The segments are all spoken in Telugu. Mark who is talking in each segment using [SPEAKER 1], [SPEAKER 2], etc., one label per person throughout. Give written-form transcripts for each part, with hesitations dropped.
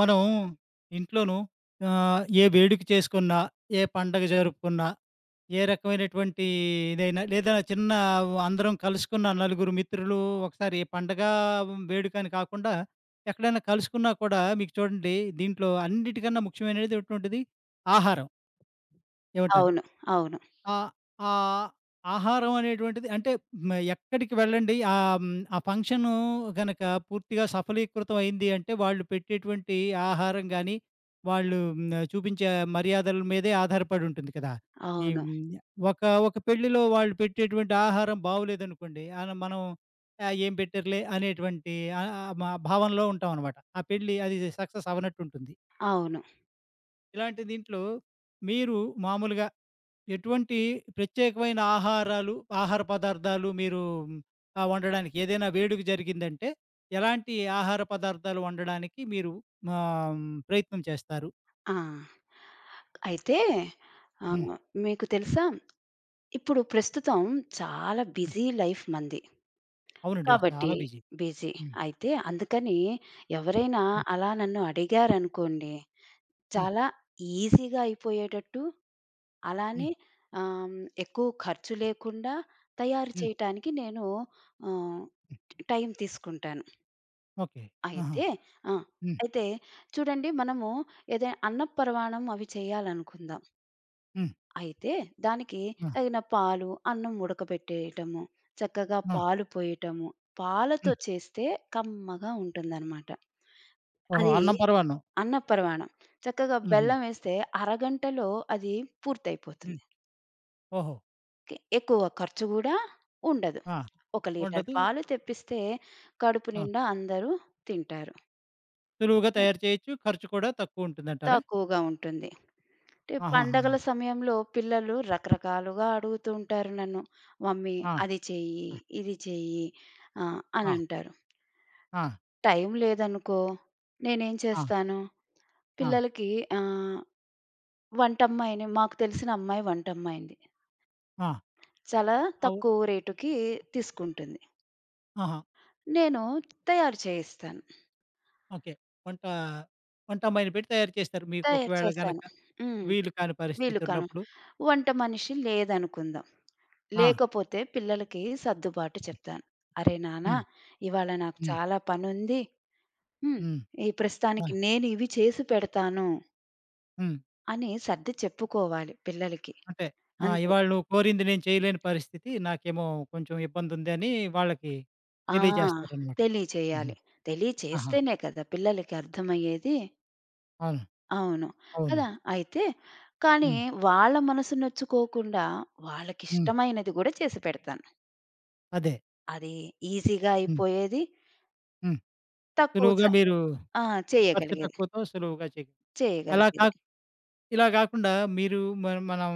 [SPEAKER 1] మనం ఇంట్లోనూ ఏ వేడుక చేసుకున్నా, ఏ పండగ జరుపుకున్నా, ఏ రకమైనటువంటి ఇదైనా లేదా చిన్న అందరం కలుసుకున్న నలుగురు మిత్రులు ఒకసారి ఏ పండగ, వేడుక అని కాకుండా ఎక్కడైనా కలుసుకున్నా కూడా మీకు చూడండి, దీంట్లో అన్నిటికన్నా ముఖ్యమైనటువంటిది ఆహారం. ఏమంటారు?
[SPEAKER 2] అవును. అవును.
[SPEAKER 1] ఆ! ఆహ్, ఆహారం అనేటువంటిది అంటే ఎక్కడికి వెళ్ళండి ఆ ఫంక్షను గనక పూర్తిగా సఫలీకృతం అయింది అంటే, వాళ్ళు పెట్టేటువంటి ఆహారం గానీ, వాళ్ళు చూపించే మర్యాదల మీదే ఆధారపడి ఉంటుంది కదా! ఈ
[SPEAKER 2] అవును.
[SPEAKER 1] ఒక ఒక పెళ్ళిలో వాళ్ళు పెట్టేటువంటి ఆహారం బాగోలేదనుకోండి, ఆన మనం ఏం పెట్టారులే అనేటువంటి ఆహ్, ఆహ్, మా భావనలో ఉంటామనమాట. ఆ పెళ్లి అది సక్సెస్ అవ్వనట్టుంటుంది.
[SPEAKER 2] అవును.
[SPEAKER 1] ఇలాంటి దీంట్లో మీరు మామూలుగా ఎటువంటి ప్రత్యేకమైన ఆహారాలు, ఆహార పదార్థాలు మీరు వండడానికి ఏదైనా వేడుక జరిగిందంటే, ఎలాంటి ఆహార పదార్థాలు వండడానికి మీరు ఆహ్, ప్రయత్నం చేస్తారు?
[SPEAKER 2] ఆ! అయితే
[SPEAKER 1] హ్మ్.
[SPEAKER 2] ఆహ్, మీకు తెలుసా? ఇప్పుడు ప్రస్తుతం చాలా
[SPEAKER 1] హ్మ్.
[SPEAKER 2] బిజీ లైఫ్ మనది.
[SPEAKER 1] అవునండి.
[SPEAKER 2] కాబట్టి
[SPEAKER 1] చాలా బిజీ.
[SPEAKER 2] బిజీ.
[SPEAKER 1] హ్మ్.
[SPEAKER 2] అయితే అందుకని ఎవరైనా
[SPEAKER 1] హ్మ్.
[SPEAKER 2] అలా నన్ను అడిగారనుకోండి,
[SPEAKER 1] హ్మ్.
[SPEAKER 2] చాలా ఈజీగా అయిపోయేటట్టు
[SPEAKER 1] హ్మ్.
[SPEAKER 2] అలానే ఆహ్, ఎక్కువ ఖర్చు లేకుండా తయారు
[SPEAKER 1] హ్మ్.
[SPEAKER 2] చేయటానికి నేను ఆహ్,
[SPEAKER 1] హ్మ్.
[SPEAKER 2] టైం తీసుకుంటాను.
[SPEAKER 1] ఓకే. ఆహా!
[SPEAKER 2] అయితే ఆ!
[SPEAKER 1] హ్మ్.
[SPEAKER 2] అయితే చూడండి మనము ఏదైనా అన్నపరమాణం అవి చేయాలనుకుందాం.
[SPEAKER 1] హ్మ్.
[SPEAKER 2] అయితే దానికి
[SPEAKER 1] ఆ!
[SPEAKER 2] తగిన పాలు, అన్నం ఉడకబెట్టేయటము, చక్కగా
[SPEAKER 1] ఆ!
[SPEAKER 2] పాలు పోయటము, పాలతో
[SPEAKER 1] హ్మ్.
[SPEAKER 2] చేస్తే కమ్మగా ఉంటుందనమాట.
[SPEAKER 1] ఓహో!
[SPEAKER 2] అది
[SPEAKER 1] అన్నం పరవాన్నం.
[SPEAKER 2] అన్నపరమాణం. చక్కగా
[SPEAKER 1] హుహు.
[SPEAKER 2] బెల్లం వేస్తే అరగంటలో అది పూర్తయిపోతుంది.
[SPEAKER 1] హ్మ్. ఓహో!
[SPEAKER 2] ఎక్కువ ఖర్చు గూడా ఉండదు.
[SPEAKER 1] ఆ!
[SPEAKER 2] 1 లీటర్
[SPEAKER 1] ఉండదు.
[SPEAKER 2] పాలు తెప్పిస్తే కడుపు
[SPEAKER 1] ఆ!
[SPEAKER 2] నిండా అందరూ తింటారు.
[SPEAKER 1] సులువుగా
[SPEAKER 2] హ్మ్.
[SPEAKER 1] తయారు చేయొచ్చు. ఖర్చు కూడా తక్కువుంటుందంటారా?
[SPEAKER 2] తక్కువగా ఉంటుంది. అంటే
[SPEAKER 1] ఆహాహాహా!
[SPEAKER 2] పండగల సమయంలో పిల్లలు రకరకాలుగా అడుగుతూ ఉంటారు నన్ను. మమ్మీ
[SPEAKER 1] ఆ!
[SPEAKER 2] అది చెయ్యి,
[SPEAKER 1] ఆ!
[SPEAKER 2] ఇది చెయ్యి అని
[SPEAKER 1] ఆ!
[SPEAKER 2] అంటారు.
[SPEAKER 1] ఆ!
[SPEAKER 2] టైం లేదనుకో నేనేం
[SPEAKER 1] ఆ!
[SPEAKER 2] చేస్తాను,
[SPEAKER 1] ఆ!
[SPEAKER 2] పిల్లలకి ఆహ్, వంటమ్మాయిని మాకు తెలిసిన అమ్మాయి వంటమ్మాయింది.
[SPEAKER 1] ఆ!
[SPEAKER 2] చాలా
[SPEAKER 1] అవు
[SPEAKER 2] తక్కువ రేటుకి తీసుకుంటుంది.
[SPEAKER 1] ఆహా!
[SPEAKER 2] నేను తయారు చేయిస్తాను.
[SPEAKER 1] ఓకే. వంట వంటమ్మాయిని పెట్టి తయారు చేస్తారు. మీకు
[SPEAKER 2] తయారు
[SPEAKER 1] ఒకవేళ
[SPEAKER 2] చేస్తాను.
[SPEAKER 1] గనక
[SPEAKER 2] హ్మ్.
[SPEAKER 1] వీలు కాని
[SPEAKER 2] వీలు
[SPEAKER 1] పరిస్థితి
[SPEAKER 2] కాను.
[SPEAKER 1] ఉన్నప్పుడు.
[SPEAKER 2] వంట మనిషి లేదనుకుందాం.
[SPEAKER 1] ఆ!
[SPEAKER 2] లేకపోతే పిల్లలకి సర్దుబాటు చెప్తాను. "అరే నాన్న!
[SPEAKER 1] హ్మ్.
[SPEAKER 2] ఇవాళ నాకు
[SPEAKER 1] హ్మ్.
[SPEAKER 2] చాలా పనుంది. హ్మ్.
[SPEAKER 1] హ్మ్.
[SPEAKER 2] ఈ
[SPEAKER 1] ఆ!
[SPEAKER 2] ప్రస్తుతానికి నేను ఇవి చేసి పెడతాను"
[SPEAKER 1] హ్మ్.
[SPEAKER 2] అని సర్ది చెప్పుకోవాలి పిల్లలకి.
[SPEAKER 1] అంటే ఆ!
[SPEAKER 2] అంతే.
[SPEAKER 1] ఇవాళ నువ్వు కోరింది నేను చేయలేని పరిస్థితి. నాకేమో కొంచెం ఇబ్బందుంది అని వాళ్ళకి
[SPEAKER 2] ఆ!
[SPEAKER 1] తెలియజేస్తారనమాట. హుహు.
[SPEAKER 2] తెలియచేయాలి.
[SPEAKER 1] ఆహా!
[SPEAKER 2] తెలియచేస్తేనే కదా పిల్లలకి అర్థమయ్యేది.
[SPEAKER 1] అవును.
[SPEAKER 2] అవును.
[SPEAKER 1] అవును.
[SPEAKER 2] కదా! అయితే కానీ
[SPEAKER 1] హ్మ్.
[SPEAKER 2] వాళ్ళ మనసు నొచ్చుకోకుండా
[SPEAKER 1] హ్మ్.
[SPEAKER 2] వాళ్ళకిష్టమైనది గూడా చేసి పెడతాను.
[SPEAKER 1] అదే.
[SPEAKER 2] అది ఈజీగా
[SPEAKER 1] హ్మ్.
[SPEAKER 2] అయిపోయేది.
[SPEAKER 1] హ్మ్.
[SPEAKER 2] తక్కువ స
[SPEAKER 1] సులువుగా మీరు
[SPEAKER 2] ఆ!
[SPEAKER 1] ఖర్చు
[SPEAKER 2] చేయగలిగేది.
[SPEAKER 1] తక్కువతో సులువుగా చేయగలరు. అలా
[SPEAKER 2] చేయగలిగేది.
[SPEAKER 1] కాకుండా ఇలా గాకుండా మీరు మనం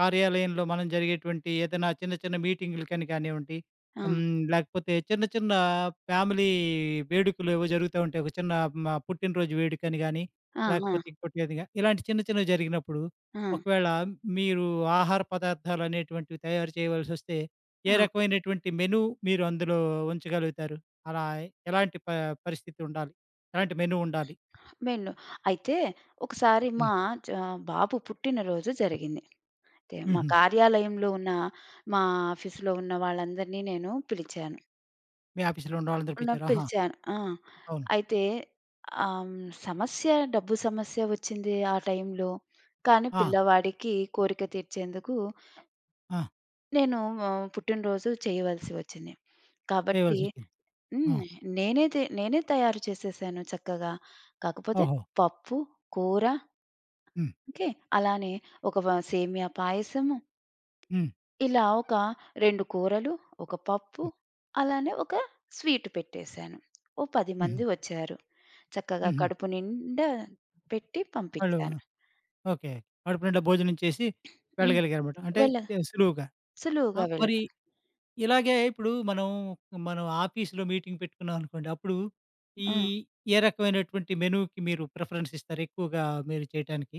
[SPEAKER 1] కార్యాలయంలో మనం జరిగేటువంటి ఏదైనా చిన్న, చిన్న మీటింగులకని కానివ్వండి,
[SPEAKER 2] ఆ!
[SPEAKER 1] లేకపోతే చిన్న, చిన్న ఫ్యామిలీ వేడుకలేవో జరుగుతా ఉంటాయి. ఒక చిన్న మా పుట్టినరోజు వేడుకని గాని,
[SPEAKER 2] ఆ! ఆ!
[SPEAKER 1] లేకపోతే ఇంకోటి ఏదిగా ఇలాంటి చిన్న, చిన్నవి జరిగినప్పుడు
[SPEAKER 2] ఆ!
[SPEAKER 1] ఒకవేళ మీరు ఆహార పదార్థాలనేటువంటివి తయారు చేయవలసొస్తే, ఏ
[SPEAKER 2] ఆ!
[SPEAKER 1] రకమైనటువంటి మెను మీరు అందులో ఉంచగలుగుతారు? అలా ఎలాంటి పరిస్థితి ఉండాలి? ఎలాంటి మెను ఉండాలి?
[SPEAKER 2] వెళ్ళు. అయితే ఒకసారి మా
[SPEAKER 1] హ్మ్.
[SPEAKER 2] చ బాబు పుట్టినరోజు జరిగింది. అయితే
[SPEAKER 1] హుహు.
[SPEAKER 2] మా ఆఫీస్‌లో ఉన్న వాళ్ళందరినీ నేను పిలిచాను.
[SPEAKER 1] మీ ఆఫీస్‌లో ఉన్నవాళ్ళని
[SPEAKER 2] ఉన్న
[SPEAKER 1] తెప్పించారు. ఆహా!
[SPEAKER 2] పిలిచాను. ఆ!
[SPEAKER 1] అవును.
[SPEAKER 2] అయితే ఆహ్, హ్మ్, సమస్య డబ్బు సమస్య వచ్చింది ఆ టైంలో. కానీ
[SPEAKER 1] ఆ!
[SPEAKER 2] పిల్లవాడికి కోరిక తీర్చేందుకు
[SPEAKER 1] ఆ!
[SPEAKER 2] నేను పుట్టినరోజు చేయవలసి వచ్చింది. కాబట్టి
[SPEAKER 1] చేయవలసొచ్చింది.
[SPEAKER 2] హ్మ్.
[SPEAKER 1] ఆ!
[SPEAKER 2] నేనే తయారు చేసేసాను చక్కగా. కాకపోతే
[SPEAKER 1] ఓహో!
[SPEAKER 2] పప్పు, కూర
[SPEAKER 1] హ్మ్.
[SPEAKER 2] ఓకే. అలానే ఒక వ సేమియా పాయసము,
[SPEAKER 1] హ్మ్.
[SPEAKER 2] ఇలా ఒక 2 కూరలు, ఒక పప్పు,
[SPEAKER 1] హ్మ్.
[SPEAKER 2] అలానే ఒక స్వీట్ పెట్టేసాను. ఓ 10
[SPEAKER 1] హుహు.
[SPEAKER 2] మంది వచ్చారు. చక్కగా
[SPEAKER 1] హుహు.
[SPEAKER 2] కడుపు నిండా పెట్టి
[SPEAKER 1] వాళ్ళు
[SPEAKER 2] పంపించాను.
[SPEAKER 1] ఓకే. కడుపు నిండా భోజనం చేసి
[SPEAKER 2] హ్మ్.
[SPEAKER 1] వెళ్ళగలిగారన్నమాట. అంటే
[SPEAKER 2] వెళ్ళ
[SPEAKER 1] తే సులువుగా. ఆ!
[SPEAKER 2] సులువుగా వెళ్ళ
[SPEAKER 1] మరి ఇలాగే ఇప్పుడు మనం, మనం ఆఫీస్‌లో మీటింగ్ పెట్టుకున్నాం అనుకోండి. అప్పుడు ఈ
[SPEAKER 2] ఆ!
[SPEAKER 1] ఏ రకమైనటువంటి మెనూకి మీరు ప్రిఫరెన్స్ ఇస్తారు ఎక్కువగా మీరు చేయటానికి?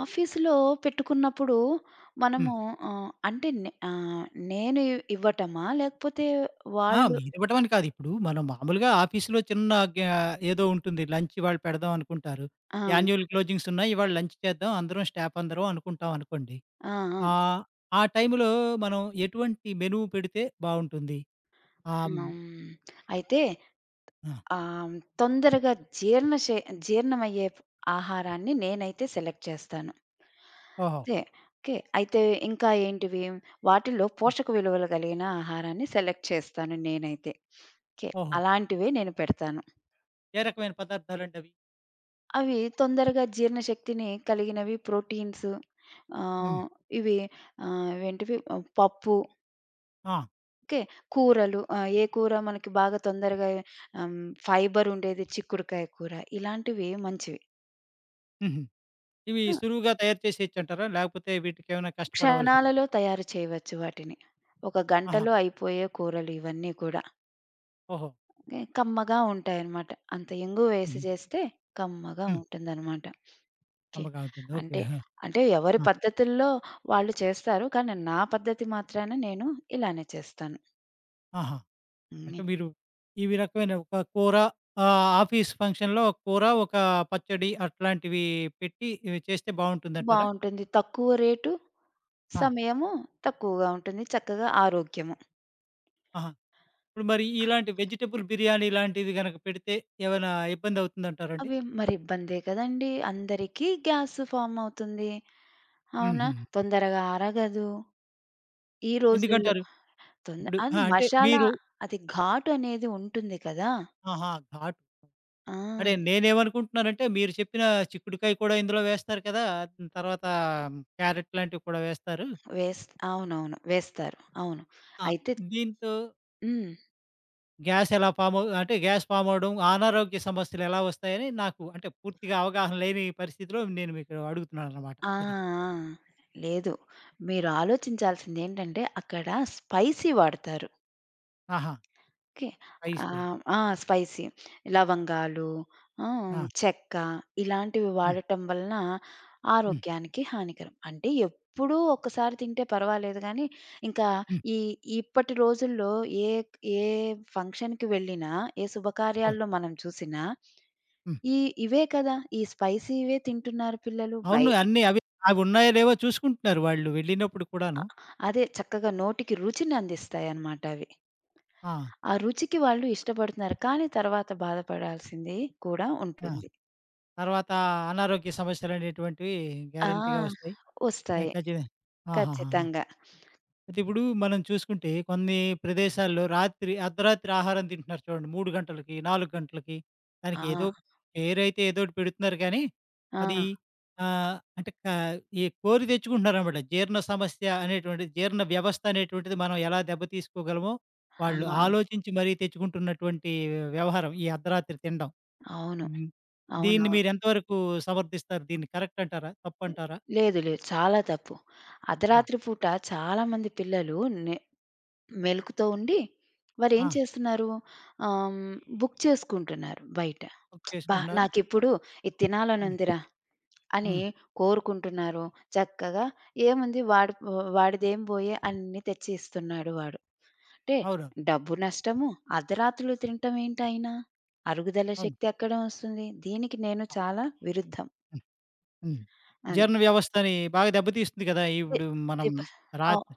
[SPEAKER 2] ఆఫీస్‌లో పెట్టుకున్నప్పుడు
[SPEAKER 1] హ్మ్.
[SPEAKER 2] మనము ఆహ్, అంటే నే ఆహ్, నేను ఇవ్వటమా? లేకపోతే
[SPEAKER 1] ఆ!
[SPEAKER 2] వాళ్ళు
[SPEAKER 1] మీరివ్వటమని కాదు. ఇప్పుడు మనం మామూలుగా ఆఫీస్‌లో చిన్న ఏదో ఉంటుంది. లంచ్ ఇవాళ పెడదాం అనుకుంటారు.
[SPEAKER 2] ఆ!
[SPEAKER 1] యాన్యువల్ క్లోజింగ్స్ ఉన్నాయి. ఇవాళ లంచ్ చేద్దాం అందరం స్టాఫ్ అందరం అనుకుంటాం అనుకోండి.
[SPEAKER 2] ఆ! ఆ!
[SPEAKER 1] ఆహ్, ఆ టైంలో మనం ఎటువంటి మెను పెడితే బావుంటుంది? ఆహ్, హ్మ్.
[SPEAKER 2] హ్మ్. అయితే
[SPEAKER 1] ఆ!
[SPEAKER 2] ఆహ్, తొందరగా జీర్ణ చే జీర్ణమయ్యే ఆహారాన్ని నేనైతే సెలెక్ట్ చేస్తాను.
[SPEAKER 1] ఓహో!
[SPEAKER 2] ఓకే. ఓకే. అయితే ఇంకా ఏంటివి? వాటిల్లో
[SPEAKER 1] హ్మ్.
[SPEAKER 2] పోషక విలువలు కలిగిన ఆహారాన్ని సెలెక్ట్ చేస్తాను నేనైతే. ఓకే.
[SPEAKER 1] ఓహో!
[SPEAKER 2] అలాంటివే నేను పెడతాను.
[SPEAKER 1] ఏ రకమైన పదార్థాలండవి?
[SPEAKER 2] అవి తొందరగా జీర్ణశక్తిని కలిగినవి ప్రోటీన్స్
[SPEAKER 1] హ్మ్.
[SPEAKER 2] ఆహ్, ఇవి ఇవేంటివి పప్పు
[SPEAKER 1] ఆ!
[SPEAKER 2] ఓకే. కూరలు ఏ కూర మనకి బాగా తొందరగా ఆహ్, ఫైబర్ ఉండేది చిక్కుడుకాయ కూర. ఇలాంటివి మంచివి.
[SPEAKER 1] హుహు. ఇవి
[SPEAKER 2] ఆ!
[SPEAKER 1] సులువుగా తయారు చేసేయొచ్చంటారా? లేకపోతే వీటికేమైనా కష్టపడవలసిందా?
[SPEAKER 2] క్షణాలలో తయారు చేయవచ్చు వాటిని. ఒక
[SPEAKER 1] ఆహా!
[SPEAKER 2] గంటలో అయిపోయే కూరలు ఇవన్నీ కూడా.
[SPEAKER 1] ఓహో!
[SPEAKER 2] ఓకే. కమ్మగా ఉంటాయన్నమాట. అంత ఇంగు వేసి
[SPEAKER 1] హుహు.
[SPEAKER 2] చేస్తే కమ్మగా
[SPEAKER 1] హ్మ్.
[SPEAKER 2] ఉంటుందన్నమాట. ఓకే.
[SPEAKER 1] కమ్మగా ఉంటుంది. ఓకే.
[SPEAKER 2] అంటే,
[SPEAKER 1] ఆ!
[SPEAKER 2] అంటే ఎవరి
[SPEAKER 1] ఆ!
[SPEAKER 2] పద్ధతుల్లో వాళ్ళు చేస్తారు. కానీ నా పద్ధతి మాత్రాన నేను ఇలానే చేస్తాను.
[SPEAKER 1] ఆహా!
[SPEAKER 2] హ్మ్.
[SPEAKER 1] అంటే మీరు ఇవి రకమైన ఒక కూర, ఆఫీస్ ఫంక్షన్‌లో ఒక కూర, ఒక పచ్చడి అట్లాంటివి పెట్టి ఇవి చేస్తే బావుంటుందంటారా?
[SPEAKER 2] బావుంటుంది. తక్కువ రేటు,
[SPEAKER 1] ఆ!
[SPEAKER 2] సమయము తక్కువగా ఉంటుంది. చక్కగా ఆరోగ్యము.
[SPEAKER 1] ఆహా! ఇప్పుడు మరి ఇలాంటి వెజిటబుల్ బిర్యానీ లాంటిది గనక పెడితే ఏమైనా ఇబ్బందవుతుందంటారండి?
[SPEAKER 2] అవి మరి ఇబ్బందే కదండీ! అందరికీ గ్యాస్ ఫార్మ్ అవుతుంది. అవునా?
[SPEAKER 1] హుహు.
[SPEAKER 2] తొందరగా అరగదు. ఈ రోజుల్లో
[SPEAKER 1] ఎందుకంటారు? ఇప్పుడు ఆ!
[SPEAKER 2] అది
[SPEAKER 1] అంటే
[SPEAKER 2] మషాలా
[SPEAKER 1] మీరు
[SPEAKER 2] అది ఘాటు అనేది ఉంటుంది కదా!
[SPEAKER 1] ఆహా! ఘాటు.
[SPEAKER 2] ఆ!
[SPEAKER 1] అదే నేనేమనుకుంటున్నానంటే మీరు చెప్పిన చిక్కుడుకాయ కూడా ఇందులో వేస్తారు కదా! తర్వాత క్యారెట్ లాంటివి కూడా వేస్తారు.
[SPEAKER 2] వేస్ అవునవును. వేస్తారు. అవును.
[SPEAKER 1] ఆ!
[SPEAKER 2] అయితే
[SPEAKER 1] దీంతో
[SPEAKER 2] హ్మ్.
[SPEAKER 1] గ్యాస్ ఎలా ఫామ్ అవు అంటే గ్యాస్ ఫామ్ అవ్వడం, అనారోగ్య సమస్యలు ఎలా వస్తాయని నాకు అంటే పూర్తిగా అవగాహన లేని పరిస్థితిలో నేను మీకు అడుగుతున్నాననమాట.
[SPEAKER 2] ఆ!
[SPEAKER 1] అది.
[SPEAKER 2] ఆ! లేదు. మీరు ఆలోచించాల్సిందేంటంటే అక్కడ స్పైసీ వాడతారు.
[SPEAKER 1] ఆహా!
[SPEAKER 2] ఓకే.
[SPEAKER 1] రైస్ బిర్యానీ.
[SPEAKER 2] ఆ! స్పైసీ. లవంగాలు, ఆ!
[SPEAKER 1] ఆ!
[SPEAKER 2] చెక్క ఇలాంటివి
[SPEAKER 1] హ్మ్.
[SPEAKER 2] వాడటం వలన
[SPEAKER 1] హ్మ్.
[SPEAKER 2] ఆరోగ్యానికి హానికరం. అంటే ఎప్పుడూ ఒక్కసారి తింటే పర్వాలేదు గానీ, ఇంకా
[SPEAKER 1] హ్మ్.
[SPEAKER 2] ఈ ఇప్పటి రోజుల్లో ఏ ఏ ఫంక్షన్‌కి వెళ్ళినా, ఏ
[SPEAKER 1] అవును.
[SPEAKER 2] శుభకార్యాల్లో మనం చూసినా,
[SPEAKER 1] హ్మ్.
[SPEAKER 2] ఈ ఇవే కదా! ఈ స్పైసీవే తింటున్నారు పిల్లలు. బై
[SPEAKER 1] అవును. అన్నీ అవి అవున్నాయో లేవో చూసుకుంటున్నారు వాళ్ళు వెళ్ళినప్పుడు
[SPEAKER 2] అ
[SPEAKER 1] కూడాను.
[SPEAKER 2] అదే చక్కగా నోటికి రుచిని అందిస్తాయన్నమాట అవి.
[SPEAKER 1] ఆ!
[SPEAKER 2] ఆ రుచికి వాళ్ళు ఇష్టపడుతున్నారు. కానీ తర్వాత బాధపడాల్సింది కూడా
[SPEAKER 1] ఆ!
[SPEAKER 2] ఉంటుంది.
[SPEAKER 1] తర్వాత అనారోగ్య సమస్యలనేటువంటివి
[SPEAKER 2] ఆ!
[SPEAKER 1] గ్యారంటీ‌గా వస్తాయి. ఆ!
[SPEAKER 2] ఒస్తాయి.
[SPEAKER 1] ఖచ్చితంగా. ఆహాహాహా!
[SPEAKER 2] ఖచ్చితంగా.
[SPEAKER 1] అయితే ఇప్పుడు మనం చూసుకుంటే కొన్ని ప్రదేశాల్లో రాత్రి అర్ధరాత్రి ఆహారం తింటున్నారు చూడండి. 3 గంటలకి, 4 గంటలకి.
[SPEAKER 2] ఆ!
[SPEAKER 1] దానికి ఏదో పేరైతే ఏదోటి పెడుతున్నారు కానీ,
[SPEAKER 2] ఆ!
[SPEAKER 1] అది అంటే ఈ కోరి తెచ్చుకుంటున్నారనమాట. జీర్ణ సమస్య అనేటువంటిది, జీర్ణ వ్యవస్థ అనేటువంటిది మనం ఎలా దెబ్బతీసుకోగలమో, వాళ్ళు
[SPEAKER 2] ఆ!
[SPEAKER 1] ఆలోచించి మరీ తెచ్చుకుంటున్నటువంటి వ్యవహారం ఈ అర్ధరాత్రి తినడం.
[SPEAKER 2] అవును.
[SPEAKER 1] హ్మ్. దీన్ని
[SPEAKER 2] అవునవును.
[SPEAKER 1] మీరు ఎంతవరకు సమర్థిస్తారు? దీన్ని కరెక్ట్ అంటారా? తప్పంటారా?
[SPEAKER 2] లేదు. లేదు. చాలా తప్పు.
[SPEAKER 1] ఆ!
[SPEAKER 2] అర్ధరాత్రి పూట చాలామంది పిల్లలు నె మెలుకువతో ఉండి వారేం
[SPEAKER 1] ఆ!
[SPEAKER 2] చేస్తున్నారు ఆహ్, బుక్ చేసుకుంటున్నారు బయట.
[SPEAKER 1] బుక్
[SPEAKER 2] "అబ్బా!
[SPEAKER 1] చేసుకుంటున్నారు.
[SPEAKER 2] నాకిప్పుడు ఇది
[SPEAKER 1] హ్మ్.
[SPEAKER 2] తినాలనుందిరా" అని
[SPEAKER 1] హ్మ్.
[SPEAKER 2] కోరుకుంటున్నారు. చక్కగా ఏముంది వాడు వాడిదేం పోయే అన్నీ తెచ్చి ఇస్తున్నాడు వాడు. అంటే
[SPEAKER 1] అవునవును.
[SPEAKER 2] డబ్బు నష్టము, అర్ధరాత్రులు తినటం ఏంటయినా? అరుగుదల
[SPEAKER 1] అవును.
[SPEAKER 2] శక్తి ఎక్కడ వస్తుంది? దీనికి నేను చాలా విరుద్ధం.
[SPEAKER 1] హ్మ్. హ్మ్.
[SPEAKER 2] అది.
[SPEAKER 1] జీర్ణ వ్యవస్థని బాగా దెబ్బతీస్తుంది కదా!
[SPEAKER 2] ది
[SPEAKER 1] ఇప్పుడు మనం
[SPEAKER 2] దిబ అవు
[SPEAKER 1] రాత్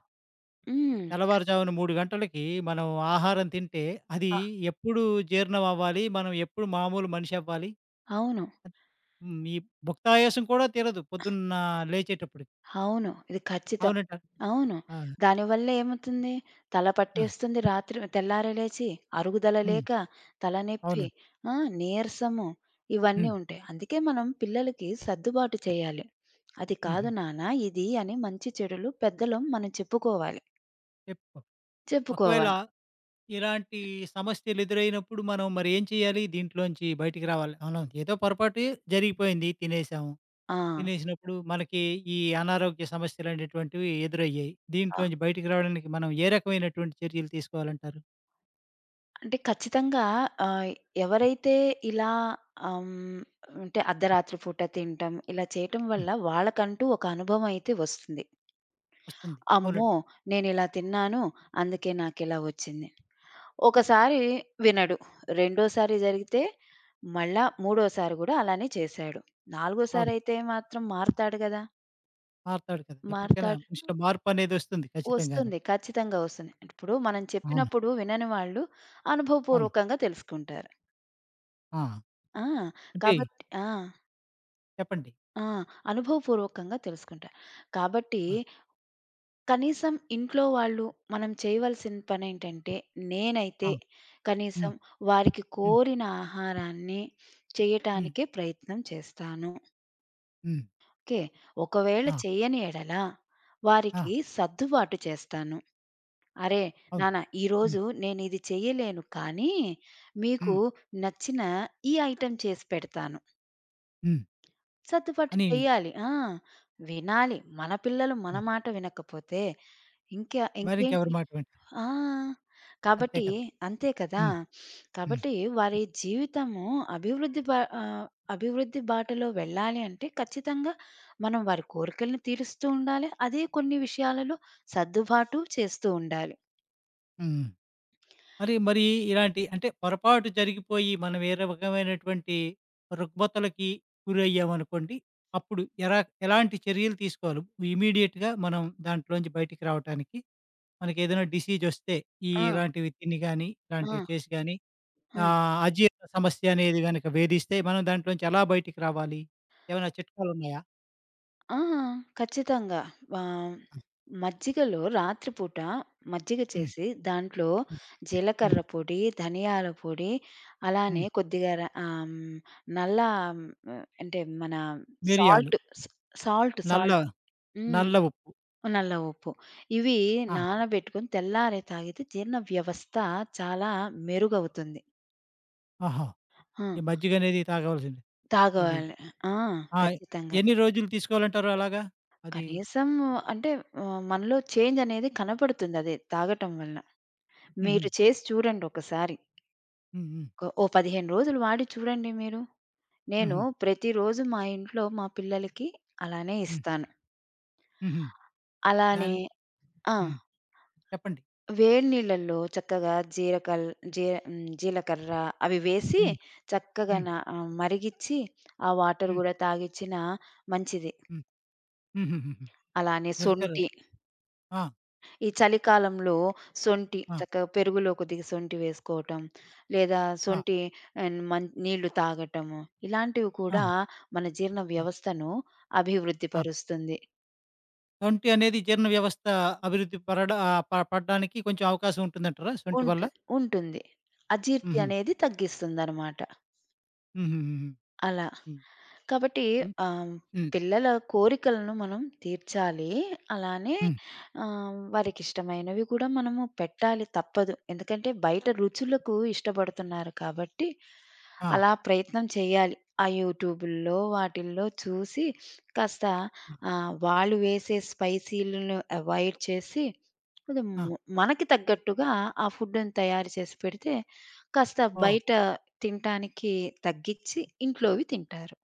[SPEAKER 2] హ్మ్. ఖచ్
[SPEAKER 1] తెల్లవారుజామున 3 గంటలకి మనం ఆహారం తింటే, అది
[SPEAKER 2] అ
[SPEAKER 1] ఎప్పుడు జీర్ణం అవ్వాలి? మనం ఎప్పుడు మామూలు మనిషి అవ్వాలి?
[SPEAKER 2] అవును.
[SPEAKER 1] హ్మ్. ఈ భుక్తాయాసం కూడా తీరదు పొద్దున్న లేచేటప్పటికి.
[SPEAKER 2] అవును. ఇది ఖచ్చితం.
[SPEAKER 1] అవునంటారా?
[SPEAKER 2] అవును.
[SPEAKER 1] ఆ!
[SPEAKER 2] దానివల్ల ఏమవుతుంది? తల
[SPEAKER 1] ఆ!
[SPEAKER 2] పట్టేస్తుంది రాత్రి తెల్లారి లేచి, అరుగుదల
[SPEAKER 1] హ్మ్.
[SPEAKER 2] లేక, తలనొప్పి,
[SPEAKER 1] అవునండి.
[SPEAKER 2] ఆ! నీరసము ఇవన్నీ
[SPEAKER 1] హ్మ్.
[SPEAKER 2] ఉంటాయి. అందుకే మనం పిల్లలకి సర్దుబాటు చేయాలి. అది కాదు
[SPEAKER 1] హుహు.
[SPEAKER 2] నాన్న ఇది అని మంచి చెడులు పెద్దలం మనం చెప్పుకోవాలి.
[SPEAKER 1] చెప్పు. ఒకవేళ
[SPEAKER 2] చెప్పుకోవాలి.
[SPEAKER 1] ఇలాంటి సమస్యలు ఎదురైనప్పుడు మనం మరి ఏం చేయాలి? దీంట్లోంచి బయటికి రావాలి. అవును. ఏదో పొరపాటు జరిగిపోయింది తినేసాము.
[SPEAKER 2] ఆ!
[SPEAKER 1] తినేసినప్పుడు మనకి ఈ అనారోగ్య సమస్యలనేటువంటివి ఎదురయ్యాయి.
[SPEAKER 2] ఆ!
[SPEAKER 1] దీంట్లోంచి బయటికి రావడానికి మనం ఏ రకమైనటువంటి చర్యలు తీసుకోవాలంటారు?
[SPEAKER 2] అంటే ఖచ్చితంగా ఆహ్, ఎవరైతే ఇలా ఆహ్, హ్మ్, అంటే అర్ధరాత్రి పూట తినటం, ఇలా చేయటం
[SPEAKER 1] హ్మ్.
[SPEAKER 2] వల్ల వాళ్ళకంటూ ఒక అనుభవం అయితే వస్తుంది.
[SPEAKER 1] వస్తుంది.
[SPEAKER 2] అమ్మో!
[SPEAKER 1] అవునండి.
[SPEAKER 2] నేనిలా తిన్నాను. అందుకే నాకిలా వచ్చింది. ఒకసారి వినడు. రెండోసారి జరిగితే మళ్ళా మూడోసారి గూడా అలానే చేశాడు. నాలుగోసారి
[SPEAKER 1] అవును.
[SPEAKER 2] అయితే మాత్రం మారతాడు గదా!
[SPEAKER 1] మారతాడు కదా! ఎప్పటికైనా
[SPEAKER 2] మారతాడు.
[SPEAKER 1] మనిషిలో మార్పనేదొస్తుంది ఖచ్చితంగాను.
[SPEAKER 2] వస్తుంది. ఖచ్చితంగా వస్తుంది. ఇప్పుడు మనం
[SPEAKER 1] అవును.
[SPEAKER 2] చెప్పినప్పుడు వినని వాళ్ళు
[SPEAKER 1] అవును.
[SPEAKER 2] అనుభవపూర్వకంగా తెలుసుకుంటారు.
[SPEAKER 1] ఆ!
[SPEAKER 2] ఆ!
[SPEAKER 1] అంటే
[SPEAKER 2] కాబట్టి ఆ!
[SPEAKER 1] చెప్పండి.
[SPEAKER 2] ఆ! అనుభవపూర్వకంగా తెలుసుకుంటారు. కాబట్టి
[SPEAKER 1] ఆ!
[SPEAKER 2] కనీసం ఇంట్లో వాళ్ళు మనం చేయవలసిన పనేంటంటే నేనైతే
[SPEAKER 1] ఆ!
[SPEAKER 2] కనీసం
[SPEAKER 1] హ్మ్.
[SPEAKER 2] వారికి
[SPEAKER 1] హ్మ్.
[SPEAKER 2] కోరిన ఆహారాన్ని
[SPEAKER 1] హ్మ్.
[SPEAKER 2] చేయటానికే ప్రయత్నం చేస్తాను.
[SPEAKER 1] హ్మ్.
[SPEAKER 2] ఓకే. ఒకవేళ
[SPEAKER 1] ఆ!
[SPEAKER 2] చేయని యెడల
[SPEAKER 1] ఆ!
[SPEAKER 2] వారికి సర్దుబాటు చేస్తాను. అరే!
[SPEAKER 1] అవును.
[SPEAKER 2] నాన్న
[SPEAKER 1] హ్మ్.
[SPEAKER 2] ఈరోజు నేనిది చెయ్యలేను కానీ, మీకు
[SPEAKER 1] హ్మ్.
[SPEAKER 2] నచ్చిన ఈ ఐటెమ్ చేసి పెడతాను.
[SPEAKER 1] హ్మ్.
[SPEAKER 2] సర్దుబాటు
[SPEAKER 1] అని
[SPEAKER 2] చెయ్యాలి. ఆ! వినాలి. మన పిల్లలు మన
[SPEAKER 1] హ్మ్.
[SPEAKER 2] మాట వినకపోతే ఇంకా
[SPEAKER 1] మరింకెవరి
[SPEAKER 2] ఇంకేంటి?
[SPEAKER 1] మాట వింటారు.
[SPEAKER 2] ఆ!
[SPEAKER 1] అంతే
[SPEAKER 2] కాబట్టి
[SPEAKER 1] కదా!
[SPEAKER 2] అంతే కదా!
[SPEAKER 1] హ్మ్. హ్మ్.
[SPEAKER 2] కాబట్టి వారి జీవితము అభివృద్ధి బా ఆహ్, అభివృద్ధి బాటలో వెళ్ళాలి అంటే ఖచ్చితంగా మనం వారి కోరికలను తీరుస్తూ ఉండాలి. అదే కొన్ని విషయాలలో సర్దుబాటు చేస్తూ ఉండాలి.
[SPEAKER 1] హ్మ్. మరి మరి ఇలాంటి అంటే పొరపాటు జరిగిపోయి మనం ఏ రకమైనటువంటి రుగ్మతలకి గురయ్యామనుకోండి, అప్పుడు ఎలాంటి చర్యలు తీసుకోవాలి? ఇమ్మీడియేట్‌గా మనం దాంట్లోంచి బయటికి రావటానికి మనకేదైనా డిసీజొస్తే ఈ
[SPEAKER 2] ఆ!
[SPEAKER 1] ఇలాంటివి తిని గాని, ఇలాంటివి
[SPEAKER 2] ఆ!
[SPEAKER 1] చేసి గాని
[SPEAKER 2] ఆ!
[SPEAKER 1] అజీర్ణ సమస్య అనేది గనక వేధిస్తే మనం దాంట్లోంచి ఎలా బయటికి రావాలి? ఏమైనా చిట్కాలున్నాయా?
[SPEAKER 2] ఆ! ఖచ్చితంగా. ఆహ్, మజ్జిగలో రాత్రిపూట మజ్జిగ
[SPEAKER 1] హ్మ్.
[SPEAKER 2] చేసి దాంట్లో
[SPEAKER 1] హ్మ్. హ్మ్.
[SPEAKER 2] జీలకర్ర పొడి, ధనియాల పొడి, అలానే
[SPEAKER 1] హ్మ్.
[SPEAKER 2] కొద్దిగా నల్ల అంటే మన
[SPEAKER 1] మిరియాలు,
[SPEAKER 2] సాల్ట్ స
[SPEAKER 1] నల్ల
[SPEAKER 2] సాల్ట్. హ్మ్.
[SPEAKER 1] నల్ల ఉప్పు.
[SPEAKER 2] నల్ల ఉప్పు. ఇవి
[SPEAKER 1] ఆహా!
[SPEAKER 2] నానబెట్టుకొని తెల్లారి తాగితే జీర్ణ వ్యవస్థ చాలా మెరుగవుతుంది.
[SPEAKER 1] ఓహో!
[SPEAKER 2] ఆ!
[SPEAKER 1] ఈ మజ్జిగనేది తాగవలసిందే. ఇది
[SPEAKER 2] తాగాలి. ఆ!
[SPEAKER 1] ఆ!
[SPEAKER 2] ఖచ్చితంగా.
[SPEAKER 1] ఎన్ని రోజులు తీసుకోవాలంటారు అలాగా? అది
[SPEAKER 2] కనీసం అంటే మనలో చేంజ్ అనేది కనపడుతుంది అది తాగటం వలన.
[SPEAKER 1] హుహు.
[SPEAKER 2] మీరు చేసి చూడండి ఒకసారి.
[SPEAKER 1] హ్మ్. హ్మ్.
[SPEAKER 2] ఓ 15 రోజులు వాడి చూడండి మీరు. నేను
[SPEAKER 1] హుహు.
[SPEAKER 2] ప్రతిరోజు మా ఇంట్లో మా పిల్లలకి అలానే
[SPEAKER 1] హ్మ్.
[SPEAKER 2] ఇస్తాను.
[SPEAKER 1] హుహు.
[SPEAKER 2] అలానే
[SPEAKER 1] దాన్
[SPEAKER 2] ఆ!
[SPEAKER 1] హ్మ్. చెప్పండి.
[SPEAKER 2] వేడి నీళ్ళల్లో చక్కగా జీలకర్ర అవి వేసి
[SPEAKER 1] హ్మ్.
[SPEAKER 2] చక్కగా
[SPEAKER 1] హ్మ్.
[SPEAKER 2] మరిగిచ్చి ఆ వాటర్
[SPEAKER 1] హ్మ్.
[SPEAKER 2] గూడా తాగిచ్చినా మంచిది.
[SPEAKER 1] హ్మ్. హుహుహుహు.
[SPEAKER 2] అలానే
[SPEAKER 1] జీలకర్ర.
[SPEAKER 2] సొంటి
[SPEAKER 1] ఆ!
[SPEAKER 2] ఈ చలికాలంలో సొంటి
[SPEAKER 1] ఆ!
[SPEAKER 2] చక్కగా పెరుగులో కొద్దిగా సొంటి వేసుకోవటం, లేదా
[SPEAKER 1] ఆ!
[SPEAKER 2] సొంటి అండ్ మన్ నీళ్లు తాగటము, ఇలాంటివి
[SPEAKER 1] ఆ!
[SPEAKER 2] కూడా మన జీర్ణ
[SPEAKER 1] ఆ!
[SPEAKER 2] వ్యవస్థను అభివృద్ధి
[SPEAKER 1] ఆ!
[SPEAKER 2] పరుస్తుంది.
[SPEAKER 1] సొంఠి అనేది జీర్ణ వ్యవస్థ అభివృద్ధి పరడ ఆహ్, ప పడడానికి కొంచెం అవకాశం ఉంటుందంటారా సొంటి
[SPEAKER 2] ఉంటు
[SPEAKER 1] వల్ల?
[SPEAKER 2] ఉంటుంది. అజీర్తి
[SPEAKER 1] హుహు.
[SPEAKER 2] అనేది తగ్గిస్తుందనమాట.
[SPEAKER 1] హుహుహుహు.
[SPEAKER 2] అలా.
[SPEAKER 1] హ్మ్.
[SPEAKER 2] కాబట్టి
[SPEAKER 1] హ్మ్.
[SPEAKER 2] ఆహ్,
[SPEAKER 1] హ్మ్.
[SPEAKER 2] పిల్లల కోరికలను మనం తీర్చాలి. అలానే
[SPEAKER 1] హ్మ్.
[SPEAKER 2] వారికిష్టమైనవి కూడా మనము పెట్టాలి తప్పదు. ఎందుకంటే బయట రుచులకు ఇష్టపడుతున్నారు కాబట్టి,
[SPEAKER 1] ఆ!
[SPEAKER 2] అలా ప్రయత్నం చేయాలి. ఆ యూట్యూబుల్లో వాటిల్లో చూసి కాస్త
[SPEAKER 1] ఆ!
[SPEAKER 2] వాళ్ళు వేసే స్పైసీలను అవాయిడ్ చేసి, కొంచెం
[SPEAKER 1] ఆ!
[SPEAKER 2] మనకి తగ్గట్టుగా ఆ ఫుడ్‌ని తయారు చేసి పెడితే కాస్త
[SPEAKER 1] ఓహ్!
[SPEAKER 2] బయట తినటానికి తగ్గిచ్చి ఇంట్లోవి తింటారు.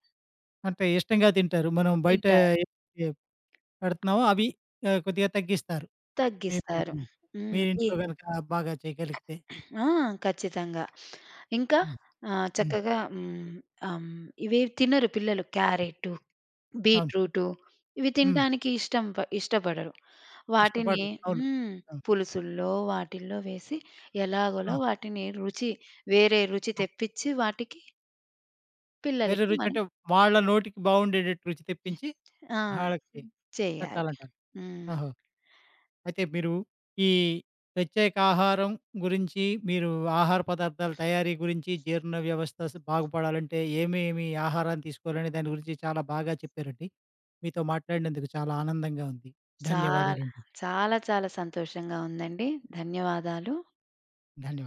[SPEAKER 1] అంటే ఇష్టంగా తింటారు. మనం బయట
[SPEAKER 2] తింటారు.
[SPEAKER 1] ఏ పెడుతున్నామో అవి కొద్దిగా తగ్గిస్తారు. మీరు
[SPEAKER 2] తగ్గిస్తారు.
[SPEAKER 1] హ్మ్.
[SPEAKER 2] హ్మ్. ఈ
[SPEAKER 1] మీరింట్లో గనక బాగా చేయగలిగితే.
[SPEAKER 2] ఆ! ఖచ్చితంగా. ఇంకా
[SPEAKER 1] హ్మ్. హ్మ్.
[SPEAKER 2] చక్కగా ఆహ్, ఇవేవి తినరు పిల్లలు. క్యారెటు,
[SPEAKER 1] అవును.
[SPEAKER 2] బీట్రూటు ఇవి
[SPEAKER 1] హ్మ్.
[SPEAKER 2] తినటానికి ఇష్టం ప ఇష్టపడరు. వాటిని
[SPEAKER 1] ఇష్టపడరు. అవును.
[SPEAKER 2] హ్మ్.
[SPEAKER 1] అవును.
[SPEAKER 2] పులుసుల్లో వాటిల్లో వేసి ఎలాగోలా
[SPEAKER 1] ఆ!
[SPEAKER 2] వాటిని రుచి వేరే రుచి
[SPEAKER 1] ఆ!
[SPEAKER 2] తెప్పిచ్చి వాటికి
[SPEAKER 1] వేరే
[SPEAKER 2] పిల్లలకి
[SPEAKER 1] రుచి
[SPEAKER 2] మనం
[SPEAKER 1] అంటే వాళ్ళ నోటికి బావుండేటట్టు రుచి తెప్పించి
[SPEAKER 2] ఆ!
[SPEAKER 1] ఆళ్ళకి
[SPEAKER 2] చేయాలి.
[SPEAKER 1] పెట్టాలంటారు.
[SPEAKER 2] హ్మ్.
[SPEAKER 1] ఓహో! అయితే మీరు ఈ ప్రత్యేక ఆహారం గురించి, మీరు ఆహార పదార్థాల తయారీ గురించి, జీర్ణ వ్యవస్థ బాగుపడాలంటే ఏమేమి ఆహారాన్ని తీసుకోవాలనే దాని గురించి చాలా బాగా చెప్పారండి. మీతో మాట్లాడినందుకు చాలా ఆనందంగా ఉంది.
[SPEAKER 2] చాలా,
[SPEAKER 1] ధన్యవాదాలండి.
[SPEAKER 2] చాలా చాలా సంతోషంగా ఉందండి. ధన్యవాదాలు.
[SPEAKER 1] ధన్యవాదాలు.